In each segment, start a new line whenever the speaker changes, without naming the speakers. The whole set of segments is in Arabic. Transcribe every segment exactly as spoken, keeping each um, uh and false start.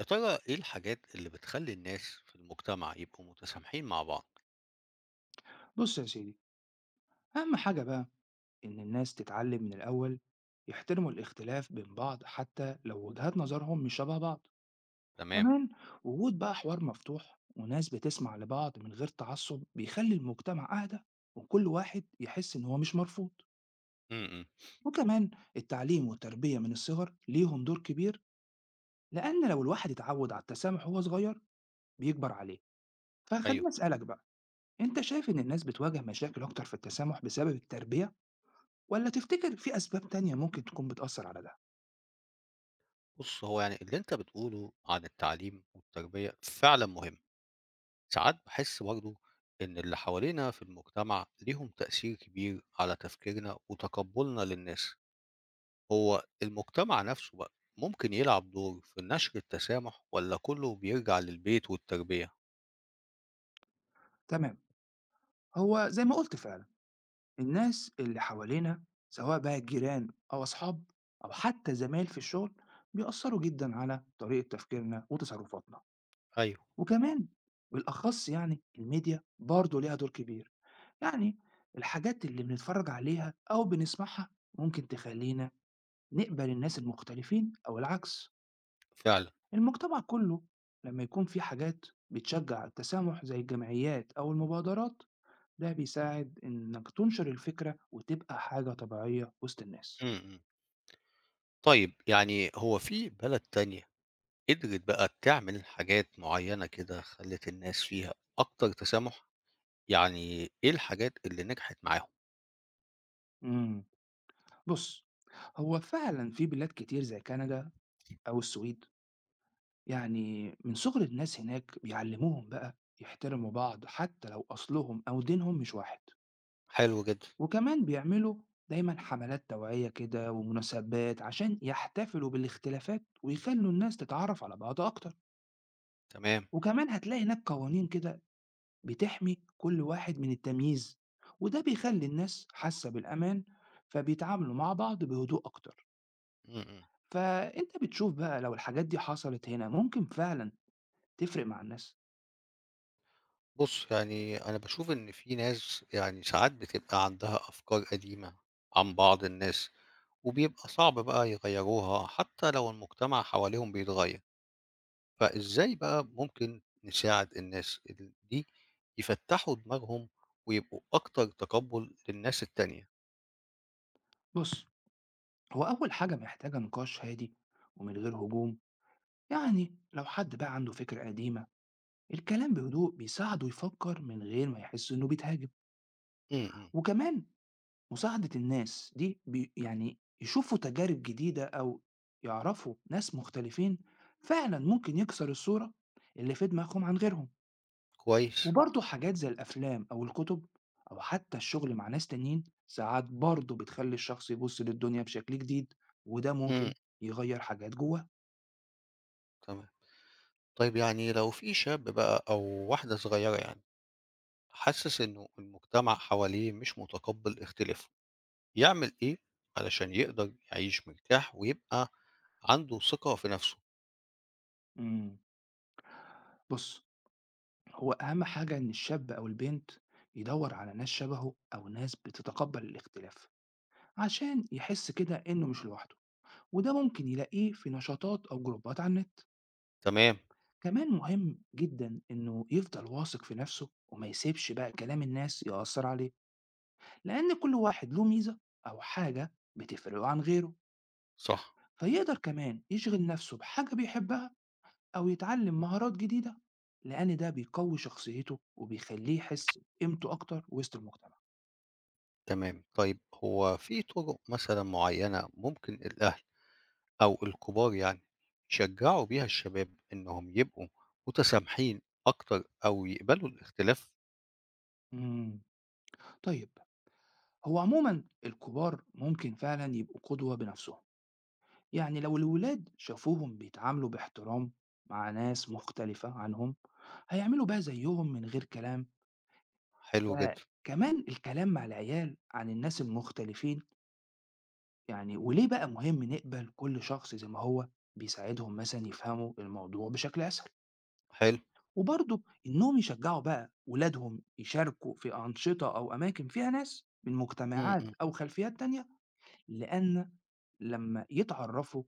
يا ترى إيه الحاجات اللي بتخلّي الناس في المجتمع يبقوا متسامحين مع بعض؟
بص يا سيدي، أهم حاجة بقى إن الناس تتعلم من الأول يحترموا الاختلاف بين بعض حتى لو وجهات نظرهم مش شبه بعض.
تمام.
كمان وجود بقى حوار مفتوح وناس بتسمع لبعض من غير تعصب بيخلي المجتمع أهدى وكل واحد يحس إن هو مش مرفوض.
إمم، إمم،
وكمان التعليم والتربية من الصغر ليهم دور كبير، لأن لو الواحد اتعود على التسامح وهو صغير بيكبر عليه.
أيوه.
فخليني أسألك بقى، أنت شايف إن الناس بتواجه مشاكل أكتر في التسامح بسبب التربية، والّا تفتكر في أسباب تانية ممكن تكون بتأثّر على ده؟
بُص، هو يعني اللي أنت بتقوله عن التعليم والتربية فعلًا مهم. ساعات باحس برضه إن اللي حوالينا في المجتمع ليهم تأثير كبير على تفكيرنا وتقبُّلنا للناس. هو المجتمع نفسه بقى ممكن يلعب دور في نشر التسامح والّا كُلّه بيرجع للبيت والتربية؟
تمام، هو زي ما قُلت فعلًا، الناس اللي حوالينا سواء بقى الجيران أو أصحاب أو حتى زمايل في الشغل، بيأثّروا جدًا على طريقة تفكيرنا وتصرفاتنا.
أيوه،
وكمان بالأخص يعني الميديا برضه ليها دور كبير، يعني الحاجات اللي بنتفرّج عليها أو بنسمعها ممكن تخلّينا نقبل الناس المختلفين أو العكس.
فعلًا.
المجتمع كله لما يكون في حاجات بتشجع التسامح زي الجمعيات أو المبادرات، ده بيساعد إنك تنشر الفكرة وتبقى حاجة طبيعية وسط الناس.
إمم، إمم. طيب يعني هو في بلد تانية قدرت بقى تعمل حاجات معيّنة كده خلّت الناس فيها أكتر تسامح، يعني إيه الحاجات اللي نجحت معاهم؟
مم. بص، هو فعلا في بلاد كتير زي كندا أو السويد، يعني من صغر الناس هناك بيعلموهم بقى يحترموا بعض حتى لو أصلهم أو دينهم مش واحد.
حلو جدًا،
وكمان بيعملوا دايما حملات توعية كده ومناسبات عشان يحتفلوا بالاختلافات ويخلوا الناس تتعرف على بعض أكتر.
تمام.
وكمان هتلاقي هناك قوانين كده بتحمي كل واحد من التمييز، وده بيخلي الناس حاسة بالأمان فبيتعاملوا مع بعض بهدوء أكتر.
إمم، إمم.
فأنت بتشوف بقى، لو الحاجات دي حصلت هنا ممكن فعلا تفرق مع الناس.
بُص، يعني أنا باشوف إن في ناس يعني ساعات بتبقى عندها أفكار قديمة عن بعض الناس، وبيبقى صعب بقى يغيّروها حتى لو المجتمع حواليهم بيتغيّر، فإزاي بقى ممكن نساعد الناس ال دي يفتّحوا دماغهم ويبقوا أكتر تقبُّل للناس التانية؟
بص، هو أول حاجة محتاجة نقاش هادي ومن غير هجوم، يعني لو حد بقى عنده فكرة قديمة الكلام بهدوء بيساعده يفكر من غير ما يحس إنه بيتهاجم.
إمم، إمم،
وكمان مساعدة الناس دي بي يعني يشوفوا تجارب جديدة أو يعرفوا ناس مختلفين فعلا ممكن يكسر الصورة اللي في دماغهم عن غيرهم.
كويس.
وبرضه حاجات زي الأفلام أو الكتب أو حتى الشغل مع ناس تانيين ساعات برضه بتخلي الشخص يبص للدنيا بشكل جديد، وده
إمم،
ممكن يغير حاجات جواه.
تمام. طيب يعني لو في شاب بقى أو واحدة صغيّرة يعني، حاسس إنه المجتمع حواليه مش متقبّل اختلافه، يعمل إيه علشان يقدر يعيش مرتاح ويبقى عنده ثقة في نَفْسه؟
مم. بص، هو أهم حاجة إن الشاب أو البنت يدور على ناس شبهه أو ناس بتتقبل الاختلاف عشان يحس كده إنه مش لوحده، وده ممكن يلاقيه في نشاطات أو جروبات على النت.
تمام،
كمان مهم جدا إنه يفضل واثق في نفسه وما يسيبش بقى كلام الناس يأثر عليه، لأن كل واحد له ميزة أو حاجة بتفرقه عن غيره.
صح،
فيقدر كمان يشغل نفسه بحاجة بيحبها أو يتعلم مهارات جديدة، لأن ده بيقوي شخصيته وبيخليه يحس بقيمته أكتر وسط المجتمع.
تمام. طيب هو في طُرق مثلًا معيّنة ممكن الأهل أو الكبار يعني يشجّعوا بيها الشباب إنهم يبقوا متسامحين أكتر أو يقبلوا الاختلاف؟
مم. طيب، هو عموما الكبار ممكن فعلا يبقوا قدوة بنفسهم، يعني لو الولاد شافوهم بيتعاملوا باحترام مع ناس مختلفة عنهم هيعملوا بقى زيهم من غير كلام.
حلو جدًا،
فكمان الكلام مع العيال عن الناس المختلفين، يعني وليه بقى مهم نقبل كل شخص زي ما هو، بيساعدهم مثلا يفهموا الموضوع بشكل أسهل.
حلو.
وبرضه إنهم يشجعوا بقى ولادهم يشاركوا في أنشطة أو أماكن فيها ناس من
إمم،
مجتمعات
إمم.
أو خلفيات تانية، لأن لما يتعرفوا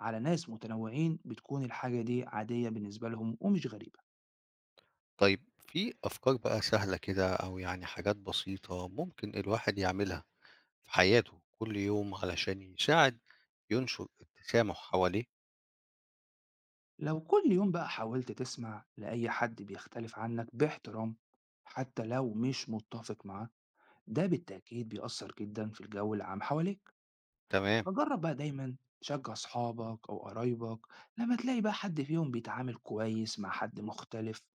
على ناس متنوعين بتكون الحاجة دي عادية بالنسبة لهم ومش غريبة.
طيب في أفكار بقى سهلة كده أو يعني حاجات بسيطة ممكن الواحد يعملها في حياته كل يوم علشان يساعد ينشر التسامح حواليه؟
لو كل يوم بقى حاولت تسمع لأي حد بيختلف عنك باحترام حتى لو مش متفق معاه، ده بالتأكيد بيأثر جدا في الجو العام حواليك.
تمام،
فجرب بقى دايما تشجع أصحابك أو قرايبك لما تلاقي بقى حد فيهم بيتعامل كويس مع حد مختلف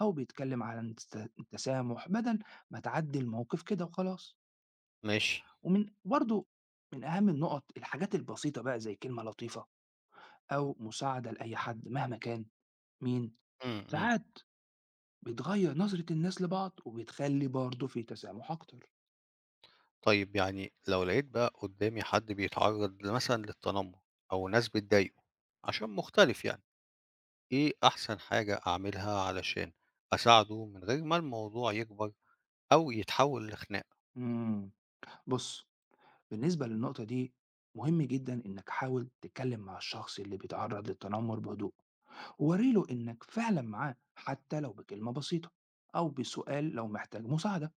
أو بيتكلم عن التس- التسامح بدل ما تعدي الموقف كده وخلاص.
ماشي.
ومن برضو من أهم النقط الحاجات البسيطة بقى زي كلمة لطيفة أو مساعدة لأي حد مهما كان مين،
إمم، إمم.
ساعات بتغير نظرة الناس لبعض وبتخلي برضه في تسامح أكتر.
طيب يعني لو لقيت بقى قدامي حد بيتعرض ل مثلًا للتنمر أو ناس بتضايقه عشان مختلف يعني، إيه أحسن حاجة أعملها علشان أساعده من غير ما الموضوع يكبر أو يتحول لخناقة؟
مم. بص، بالنسبة للنقطة دي مهم جدا إنك حاول تتكلم مع الشخص اللي بيتعرض للتنمر بهدوء ووريله إنك فعلا معاه حتى لو بكلمة بسيطة أو بسؤال لو محتاج مساعدة.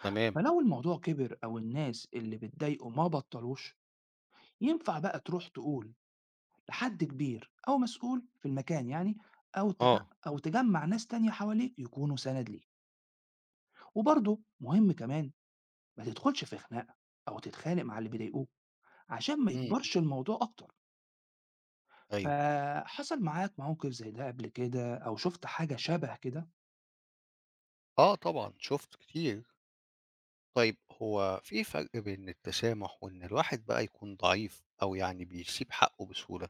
تمام،
فلو الموضوع كبر أو الناس اللي بتضايقه ما بطلوش، ينفع بقى تروح تقول لحد كبير أو مسؤول في المكان يعني، أو تج
آه،
أو تجمّع ناس تانية حواليك يكونوا سَنَد ليك. وبرضه مهم كمان ما تدخُلش في خناقة أو تتخانق مع اللي بيضايقوك عشان ما
إمم، إمم،
يكبرش الموضوع أكتر.
أيوه.
فحصل معاك موقف زي ده قبل كده أو شُفت حاجة شَبه كده؟
آه طبعًا، شُفت كتير. طيب هو في فرق بين التسامح وإن الواحد بقى يكون ضعيف أو يعني بيسيب حقه بسهولة؟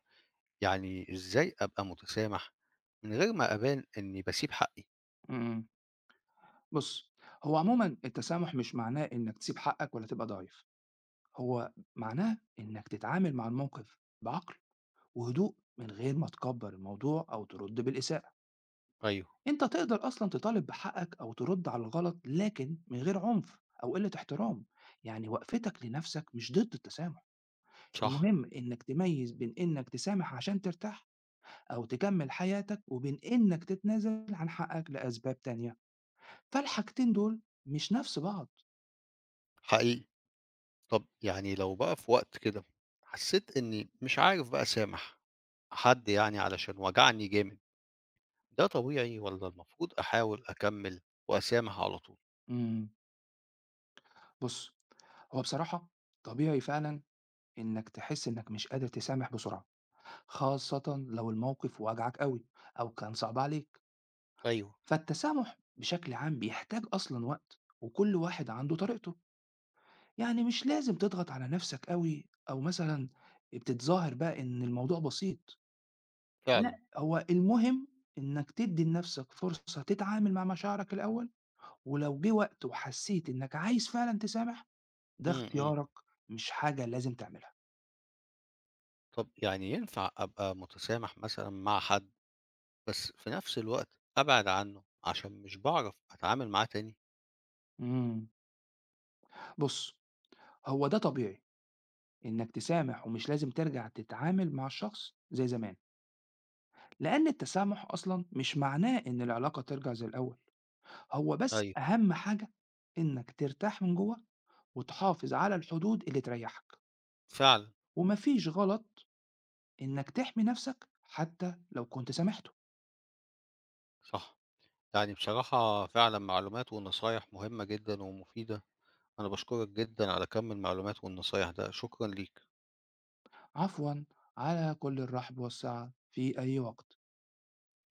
يعني إزاي أبقى متسامح من غير ما أبان إني باسيب حقي؟
إمم، بُص، هو عمومًا التسامح مش معناه إنّك تسيب حقّك ولا تبقى ضعيف، هو معناه إنّك تتعامل مع الموقف بعقل وهدوء من غير ما تكبّر الموضوع أو ترُد بالإساءة.
أيوه،
انت تقدر اصلا تطالب بحقك او ترد على الغلط لكن من غير عنف او قله احترام، يعني وقفتك لنفسك مش ضد التسامح.
صح،
المهم انك تميز بين انك تسامح عشان ترتاح او تكمل حياتك، وبين انك تتنازل عن حقك لاسباب تانية، فالحاجتين دول مش نفس بعض.
حقيقي. طب يعني لو بقى في وقت كده حسيت إني مش عارف بقى أسامح حد يعني علشان وجعني جامد، ده طبيعي ولا المفروض أحاول أكمل وأسامح على طول؟
امم. بص، هو بصراحه طبيعي فعلا انك تحس انك مش قادر تسامح بسرعه، خاصه لو الموقف وجعك قوي او كان صعب عليك.
أيوه،
فالتسامح بشكل عام بيحتاج أصلا وقت وكل واحد عنده طريقته، يعني مش لازم تضغط على نفسك قوي أو مثلا بتتظاهر بقى إن الموضوع بسيط.
فعلا.
لا، هو المهم إنك تدي لنفسك فرصة تتعامل مع مشاعرك الأول، ولو جه وقت وحسيت إنك عايز فعلا تسامح،
م
ده
-م.
اختيارك، مش حاجة لازم تعملها.
طب يعني ينفع أبقى متسامح مثلا مع حد بس في نفس الوقت أبعد عنه، عشان مش باعرف أتعامل معاه تاني.
مم. بص، هو ده طبيعي إنك تسامح ومش لازم ترجع تتعامل مع الشخص زي زمان، لأن التسامح أصلا مش معناه إن العلاقة ترجع زي الأول. هو بس
أيوه،
أهم حاجة إنك ترتاح من جوه وتحافظ على الحدود اللي تريحك،
فعلًا،
ومفيش غلط إنك تحمي نفسك حتى لو كنت سامحته.
صح. يعني بصراحة فعلًا معلومات ونصايح مهمة جدًا ومفيدة، أنا باشكرك جدًا على كم المعلومات والنصايح ده، شكرًا ليك.
عفوا، على كل الرحب والسعة في أي وقت.